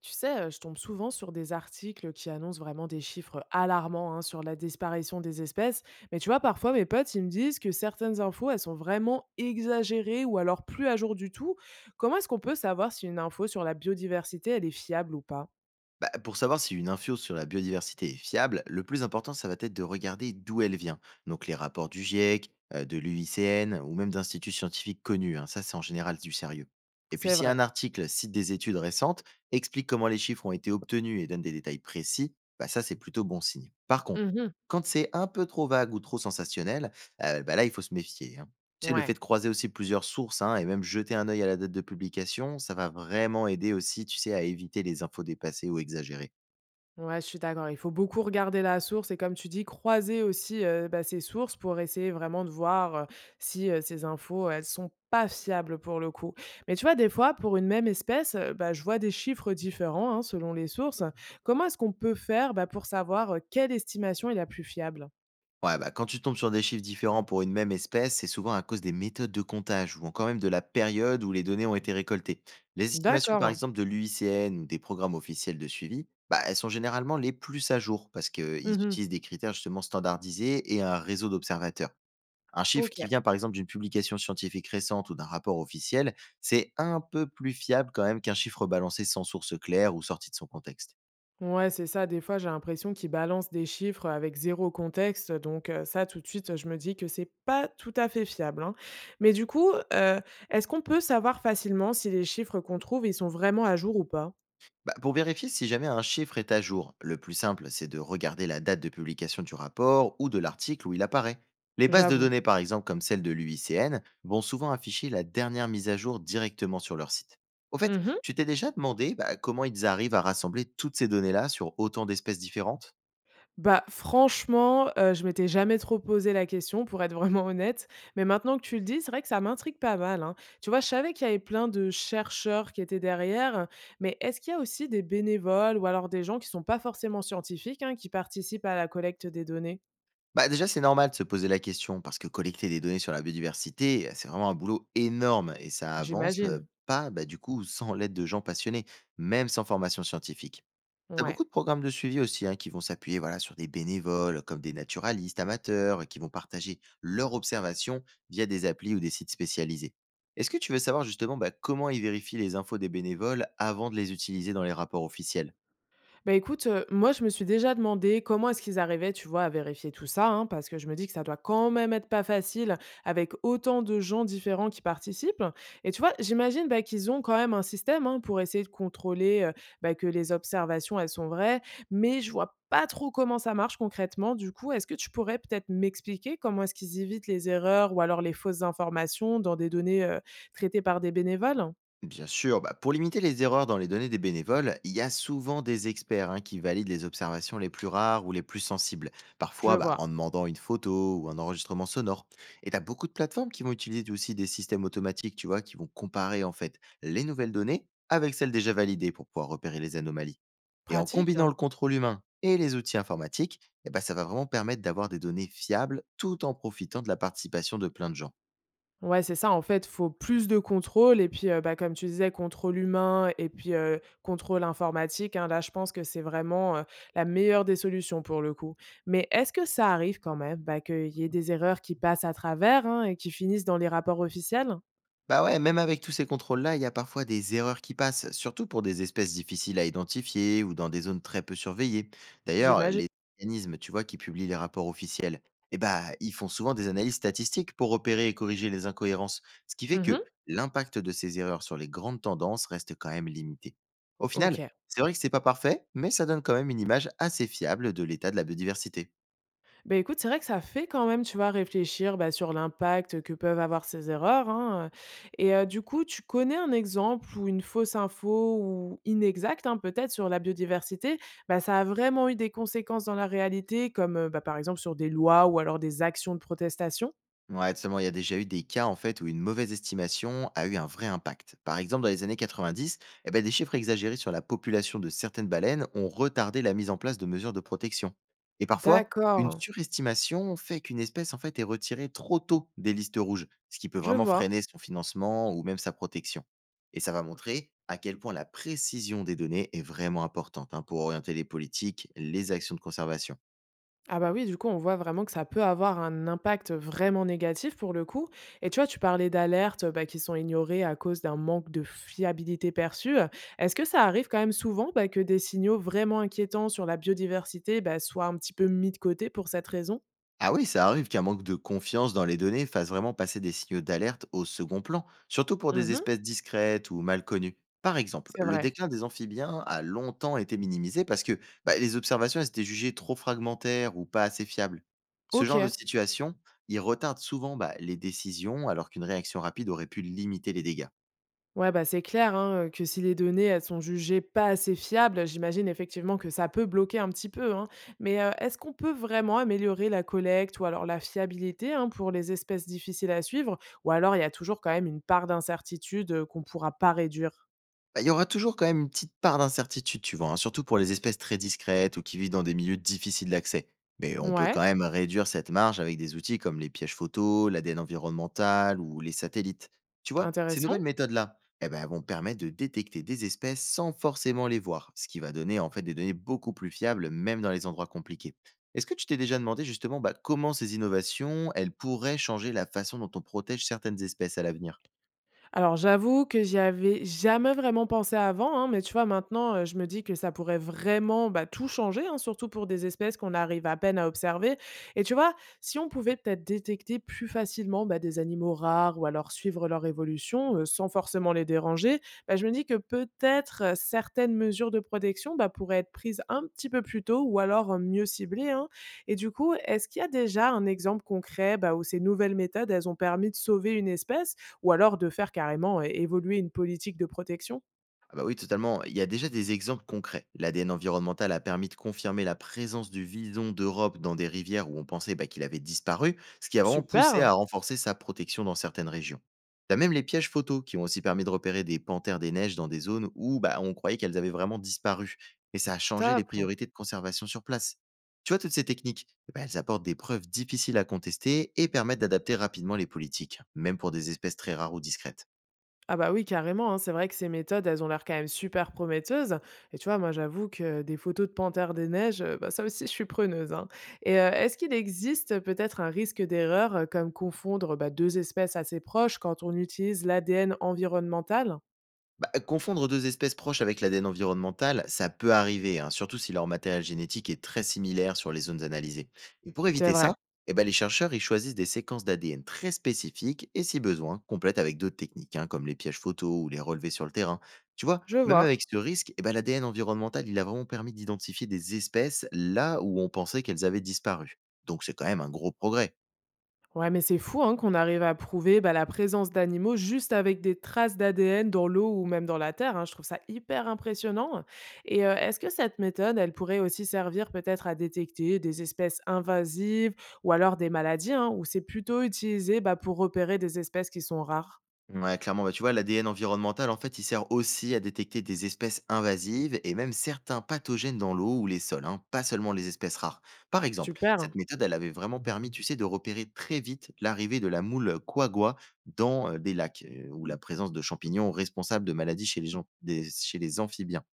Tu sais, je tombe souvent sur des articles qui annoncent vraiment des chiffres alarmants, hein, sur la disparition des espèces. Mais tu vois, parfois, mes potes, ils me disent que certaines infos, elles sont vraiment exagérées ou alors plus à jour du tout. Comment est-ce qu'on peut savoir si une info sur la biodiversité, elle est fiable ou pas? Bah, pour savoir si une info sur la biodiversité est fiable, le plus important, ça va être de regarder d'où elle vient. Donc les rapports du GIEC, de l'UICN ou même d'instituts scientifiques connus. Hein. Ça, c'est en général du sérieux. Et puis C'est si un vrai. article cite des études récentes, explique comment les chiffres ont été obtenus et donne des détails précis, bah, ça, c'est plutôt bon signe. Par contre, Mmh. quand c'est un peu trop vague ou trop sensationnel, bah là, il faut se méfier. Hein. Tu sais, le fait Ouais. de croiser aussi plusieurs sources, hein, et même jeter un œil à la date de publication, ça va vraiment aider aussi, tu sais, à éviter les infos dépassées ou exagérées. Ouais, je suis d'accord. Il faut beaucoup regarder la source et comme tu dis, croiser aussi bah, ces sources pour essayer vraiment de voir si ces infos, elles sont pas fiables pour le coup. Mais tu vois, des fois, pour une même espèce, bah, je vois des chiffres différents hein, selon les sources. Comment est-ce qu'on peut faire bah, pour savoir quelle estimation est la plus fiable? Ouais, bah, quand tu tombes sur des chiffres différents pour une même espèce, c'est souvent à cause des méthodes de comptage ou encore même de la période où les données ont été récoltées. Les estimations, par D'accord. exemple, de l'UICN ou des programmes officiels de suivi, bah, elles sont généralement les plus à jour parce qu'ils Mhm. utilisent des critères justement standardisés et un réseau d'observateurs. Un chiffre Ok. qui vient par exemple d'une publication scientifique récente ou d'un rapport officiel, c'est un peu plus fiable quand même qu'un chiffre balancé sans source claire ou sorti de son contexte. Ouais, c'est ça. Des fois, j'ai l'impression qu'ils balancent des chiffres avec zéro contexte. Donc, ça, tout de suite, je me dis que c'est pas tout à fait fiable. Hein. Mais du coup, est-ce qu'on peut savoir facilement si les chiffres qu'on trouve, ils sont vraiment à jour ou pas? Bah, pour vérifier si jamais un chiffre est à jour, le plus simple, c'est de regarder la date de publication du rapport ou de l'article où il apparaît. Les bases de J'avoue. données, par exemple, comme celle de l'UICN, vont souvent afficher la dernière mise à jour directement sur leur site. Au fait, Mhm. tu t'es déjà demandé bah, comment ils arrivent à rassembler toutes ces données-là sur autant d'espèces différentes? Bah, franchement, je m'étais jamais trop posé la question pour être vraiment honnête, mais maintenant que tu le dis, c'est vrai que ça m'intrigue pas mal, hein. Tu vois, je savais qu'il y avait plein de chercheurs qui étaient derrière, mais est-ce qu'il y a aussi des bénévoles ou alors des gens qui sont pas forcément scientifiques, hein, qui participent à la collecte des données? Bah déjà, c'est normal de se poser la question parce que collecter des données sur la biodiversité, c'est vraiment un boulot énorme et ça avance J'imagine, pas bah, du coup sans l'aide de gens passionnés, même sans formation scientifique. T'as ouais. beaucoup de programmes de suivi aussi hein, qui vont s'appuyer voilà, sur des bénévoles comme des naturalistes amateurs qui vont partager leurs observations via des applis ou des sites spécialisés. Est-ce que tu veux savoir justement bah, comment ils vérifient les infos des bénévoles avant de les utiliser dans les rapports officiels? Bah, écoute, moi, je me suis déjà demandé comment est-ce qu'ils arrivaient, tu vois, à vérifier tout ça, hein, parce que je me dis que ça doit quand même être pas facile avec autant de gens différents qui participent et tu vois, j'imagine, bah, qu'ils ont quand même un système, hein, pour essayer de contrôler, bah, que les observations, elles sont vraies, mais je vois pas trop comment ça marche concrètement. Du coup, est-ce que tu pourrais peut-être m'expliquer comment est-ce qu'ils évitent les erreurs ou alors les fausses informations dans des données, traitées par des bénévoles? Bien sûr, bah, pour limiter les erreurs dans les données des bénévoles, il y a souvent des experts hein, qui valident les observations les plus rares ou les plus sensibles, Je parfois bah, vois. en demandant une photo ou un enregistrement sonore. Et tu as beaucoup de plateformes qui vont utiliser aussi des systèmes automatiques, tu vois, qui vont comparer en fait les nouvelles données avec celles déjà validées pour pouvoir repérer les anomalies. Et en Pratique. combinant le contrôle humain et les outils informatiques, eh ben, ça va vraiment permettre d'avoir des données fiables tout en profitant de la participation de plein de gens. Ouais, c'est ça, en fait, faut plus de contrôle et puis, bah, comme tu disais, contrôle humain et puis, contrôle informatique, hein. Là, je pense que c'est vraiment, la meilleure des solutions pour le coup. Mais est-ce que ça arrive quand même, bah, qu'il y ait des erreurs qui passent à travers, hein, et qui finissent dans les rapports officiels? Bah ouais, même avec tous ces contrôles-là, il y a parfois des erreurs qui passent, surtout pour des espèces difficiles à identifier ou dans des zones très peu surveillées. D'ailleurs, J'imagine. les organismes, tu vois, qui publient les rapports officiels, eh bah, ils font souvent des analyses statistiques pour repérer et corriger les incohérences, ce qui fait Mmh. que l'impact de ces erreurs sur les grandes tendances reste quand même limité. Au final, OK. c'est vrai que c'est pas parfait, mais ça donne quand même une image assez fiable de l'état de la biodiversité. Ben écoute, c'est vrai que ça fait quand même, tu vois, réfléchir, bah, sur l'impact que peuvent avoir ces erreurs, hein, et du coup, tu connais un exemple où une fausse info ou inexacte, hein, peut-être, sur la biodiversité, bah, ça a vraiment eu des conséquences dans la réalité comme, bah, par exemple, sur des lois ou alors des actions de protestation? Ouais, seulement il y a déjà eu des cas en fait où une mauvaise estimation a eu un vrai impact. Par exemple, dans les années 90, eh ben, des chiffres exagérés sur la population de certaines baleines ont retardé la mise en place de mesures de protection. Et parfois, une D'accord, surestimation fait qu'une espèce en fait est retirée trop tôt des listes rouges, ce qui peut je vraiment vois. freiner son financement ou même sa protection. Et ça va montrer à quel point la précision des données est vraiment importante hein, pour orienter les politiques, les actions de conservation. Ah bah oui, du coup, on voit vraiment que ça peut avoir un impact vraiment négatif pour le coup. Et tu vois, tu parlais d'alertes bah, qui sont ignorées à cause d'un manque de fiabilité perçue. Est-ce que ça arrive quand même souvent bah, que des signaux vraiment inquiétants sur la biodiversité bah, soient un petit peu mis de côté pour cette raison? Ah oui, ça arrive qu'un manque de confiance dans les données fasse vraiment passer des signaux d'alerte au second plan, surtout pour des Mhm. espèces discrètes ou mal connues. Par exemple, C'est le vrai. déclin des amphibiens a longtemps été minimisé parce que bah, les observations elles étaient jugées trop fragmentaires ou pas assez fiables. Ce genre de Ok. situation, il retarde souvent bah, les décisions alors qu'une réaction rapide aurait pu limiter les dégâts. Ouais, bah, c'est clair, hein, que si les données, elles sont jugées pas assez fiables, j'imagine effectivement que ça peut bloquer un petit peu, hein. Mais, est-ce qu'on peut vraiment améliorer la collecte ou alors la fiabilité, hein, pour les espèces difficiles à suivre? Ou alors il y a toujours quand même une part d'incertitude, qu'on pourra pas réduire? Bah, il y aura toujours quand même une petite part d'incertitude, tu vois, hein, surtout pour les espèces très discrètes ou qui vivent dans des milieux difficiles d'accès. Mais on peut quand Ouais, même réduire cette marge avec des outils comme les pièges photos, l'ADN environnemental ou les satellites. Tu vois, ces intéressant. nouvelles méthodes-là, eh ben, elles vont permettre de détecter des espèces sans forcément les voir, ce qui va donner en fait des données beaucoup plus fiables, même dans les endroits compliqués. Est-ce que tu t'es déjà demandé justement bah, comment ces innovations, elles pourraient changer la façon dont on protège certaines espèces à l'avenir? Alors j'avoue que j'y avais jamais vraiment pensé avant, hein, mais tu vois, maintenant, je me dis que ça pourrait vraiment, bah, tout changer, hein, surtout pour des espèces qu'on arrive à peine à observer et tu vois, si on pouvait peut-être détecter plus facilement, bah, des animaux rares ou alors suivre leur évolution, sans forcément les déranger, bah, je me dis que peut-être, certaines mesures de protection, bah, pourraient être prises un petit peu plus tôt ou alors, mieux ciblées, hein et du coup, est-ce qu'il y a déjà un exemple concret, bah, où ces nouvelles méthodes, elles ont permis de sauver une espèce ou alors de faire carrément é évoluer une politique de protection? Ah bah oui, totalement. Il y a déjà des exemples concrets. L'ADN environnemental a permis de confirmer la présence du vison d'Europe dans des rivières où on pensait bah, qu'il avait disparu, ce qui a vraiment poussé Super, à renforcer sa protection dans certaines régions. T'as même les pièges photos qui ont aussi permis de repérer des panthères des neiges dans des zones où bah, on croyait qu'elles avaient vraiment disparu. Et ça a changé les top. priorités de conservation sur place. Tu vois, toutes ces techniques, eh ben, elles apportent des preuves difficiles à contester et permettent d'adapter rapidement les politiques, même pour des espèces très rares ou discrètes. Ah bah oui, carrément, hein, c'est vrai que ces méthodes, elles ont l'air quand même super prometteuses et tu vois, moi, j'avoue que des photos de panthères des neiges, bah, ça aussi, je suis preneuse, hein et est-ce qu'il existe peut-être un risque d'erreur, comme confondre, bah, 2 espèces assez proches quand on utilise l'ADN environnemental? Bah, confondre 2 espèces proches avec l'ADN environnemental, ça peut arriver, hein, surtout si leur matériel génétique est très similaire sur les zones analysées. Et pour C'est éviter vrai, ça, eh ben, les chercheurs ils choisissent des séquences d'ADN très spécifiques et, si besoin, complètent avec d'autres techniques, hein, comme les pièges photos ou les relevés sur le terrain. Tu vois, je même vois. avec ce risque, eh ben, l'ADN environnemental, il a vraiment permis d'identifier des espèces là où on pensait qu'elles avaient disparu. Donc c'est quand même un gros progrès. Ouais, mais c'est fou hein, qu'on arrive à prouver bah, la présence d'animaux juste avec des traces d'ADN dans l'eau ou même dans la terre. Hein. Je trouve ça hyper impressionnant. Et est-ce que cette méthode, elle pourrait aussi servir peut-être à détecter des espèces invasives ou alors des maladies, hein, ou c'est plutôt utilisé bah, pour repérer des espèces qui sont rares? Ouais, clairement, bah, tu vois, l'ADN environnemental, en fait, il sert aussi à détecter des espèces invasives et même certains pathogènes dans l'eau ou les sols, hein, pas seulement les espèces rares. Par exemple, cette Super, méthode, elle avait vraiment permis, tu sais, de repérer très vite l'arrivée de la moule quagua dans des lacs, ou la présence de champignons responsables de maladies chez chez les amphibiens.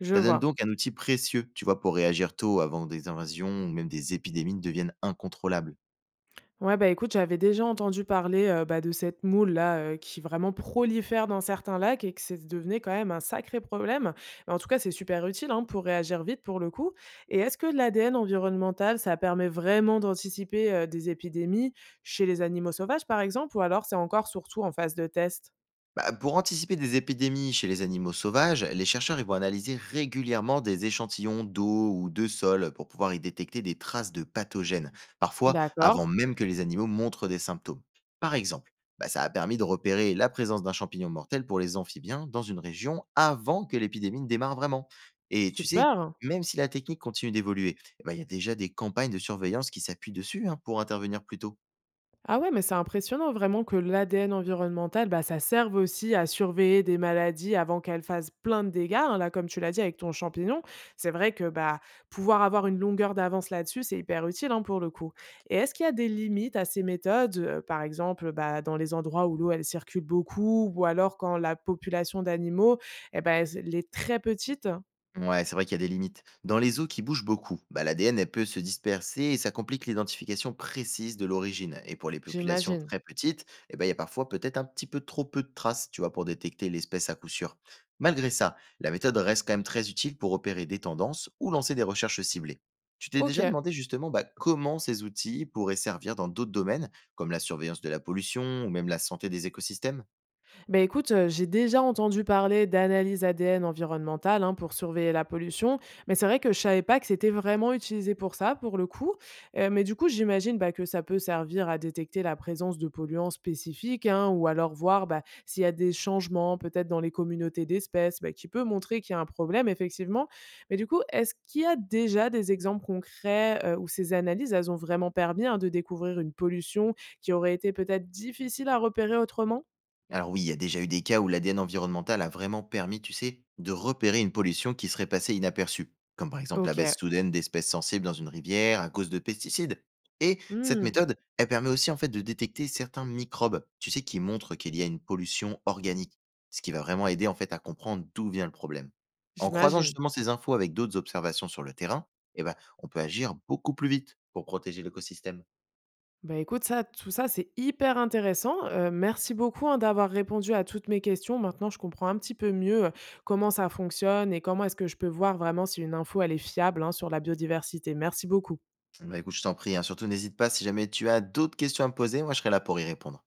je Ça donne vois. donc un outil précieux, tu vois, pour réagir tôt avant que des invasions ou même des épidémies ne deviennent incontrôlables. Ouais, bah, écoute, j'avais déjà entendu parler, bah, de cette moule-là, qui vraiment prolifère dans certains lacs et que c'est devenu quand même un sacré problème. Mais en tout cas, c'est super utile, hein, pour réagir vite pour le coup. Et est-ce que l'ADN environnemental, ça permet vraiment d'anticiper, des épidémies chez les animaux sauvages, par exemple, ou alors c'est encore surtout en phase de test? Bah, pour anticiper des épidémies chez les animaux sauvages, les chercheurs ils vont analyser régulièrement des échantillons d'eau ou de sol pour pouvoir y détecter des traces de pathogènes, parfois D'accord, avant même que les animaux montrent des symptômes. Par exemple, bah, ça a permis de repérer la présence d'un champignon mortel pour les amphibiens dans une région avant que l'épidémie ne démarre vraiment. Et tu sais, super! même si la technique continue d'évoluer, eh ben, il y a déjà des campagnes de surveillance qui s'appuient dessus hein, pour intervenir plus tôt. Ah ouais, mais c'est impressionnant vraiment que l'ADN environnemental, bah, ça serve aussi à surveiller des maladies avant qu'elles fassent plein de dégâts. Hein. Là, comme tu l'as dit avec ton champignon, c'est vrai que bah, pouvoir avoir une longueur d'avance là-dessus, c'est hyper utile hein, pour le coup. Et est-ce qu'il y a des limites à ces méthodes, par exemple bah, dans les endroits où l'eau elle circule beaucoup, ou alors quand la population d'animaux, eh ben, elle est très petite? Ouais, c'est vrai qu'il y a des limites. Dans les eaux qui bougent beaucoup, bah, l'ADN elle peut se disperser et ça complique l'identification précise de l'origine. Et pour les populations J'imagine. très petites, eh ben, il y a parfois peut-être un petit peu trop peu de traces, tu vois, pour détecter l'espèce à coup sûr. Malgré ça, la méthode reste quand même très utile pour opérer des tendances ou lancer des recherches ciblées. Tu t'es Ok. déjà demandé justement bah, comment ces outils pourraient servir dans d'autres domaines, comme la surveillance de la pollution ou même la santé des écosystèmes? Bah, écoute, j'ai déjà entendu parler d'analyse ADN environnementale, hein, pour surveiller la pollution, mais c'est vrai que je savais pas que c'était vraiment utilisé pour ça, pour le coup. Mais du coup, j'imagine, bah, que ça peut servir à détecter la présence de polluants spécifiques, hein, ou alors voir, bah, s'il y a des changements peut-être dans les communautés d'espèces, bah, qui peut montrer qu'il y a un problème effectivement. Mais du coup, est-ce qu'il y a déjà des exemples concrets, où ces analyses, elles ont vraiment permis, hein, de découvrir une pollution qui aurait été peut-être difficile à repérer autrement? Alors oui, il y a déjà eu des cas où l'ADN environnemental a vraiment permis, tu sais, de repérer une pollution qui serait passée inaperçue, comme par exemple la OK. baisse soudaine d'espèces sensibles dans une rivière à cause de pesticides. Et cette Mmh, méthode, elle permet aussi en fait de détecter certains microbes, tu sais, qui montrent qu'il y a une pollution organique, ce qui va vraiment aider en fait à comprendre d'où vient le problème. En croisant j'imagine. justement ces infos avec d'autres observations sur le terrain, eh ben, on peut agir beaucoup plus vite pour protéger l'écosystème. Bah, écoute, ça, tout ça, c'est hyper intéressant. Merci beaucoup, hein, d'avoir répondu à toutes mes questions. Maintenant, je comprends un petit peu mieux, comment ça fonctionne et comment est-ce que je peux voir vraiment si une info, elle est fiable, hein, sur la biodiversité. Merci beaucoup. Bah écoute, je t'en prie, hein. Surtout n'hésite pas si jamais tu as d'autres questions à me poser, moi je serai là pour y répondre.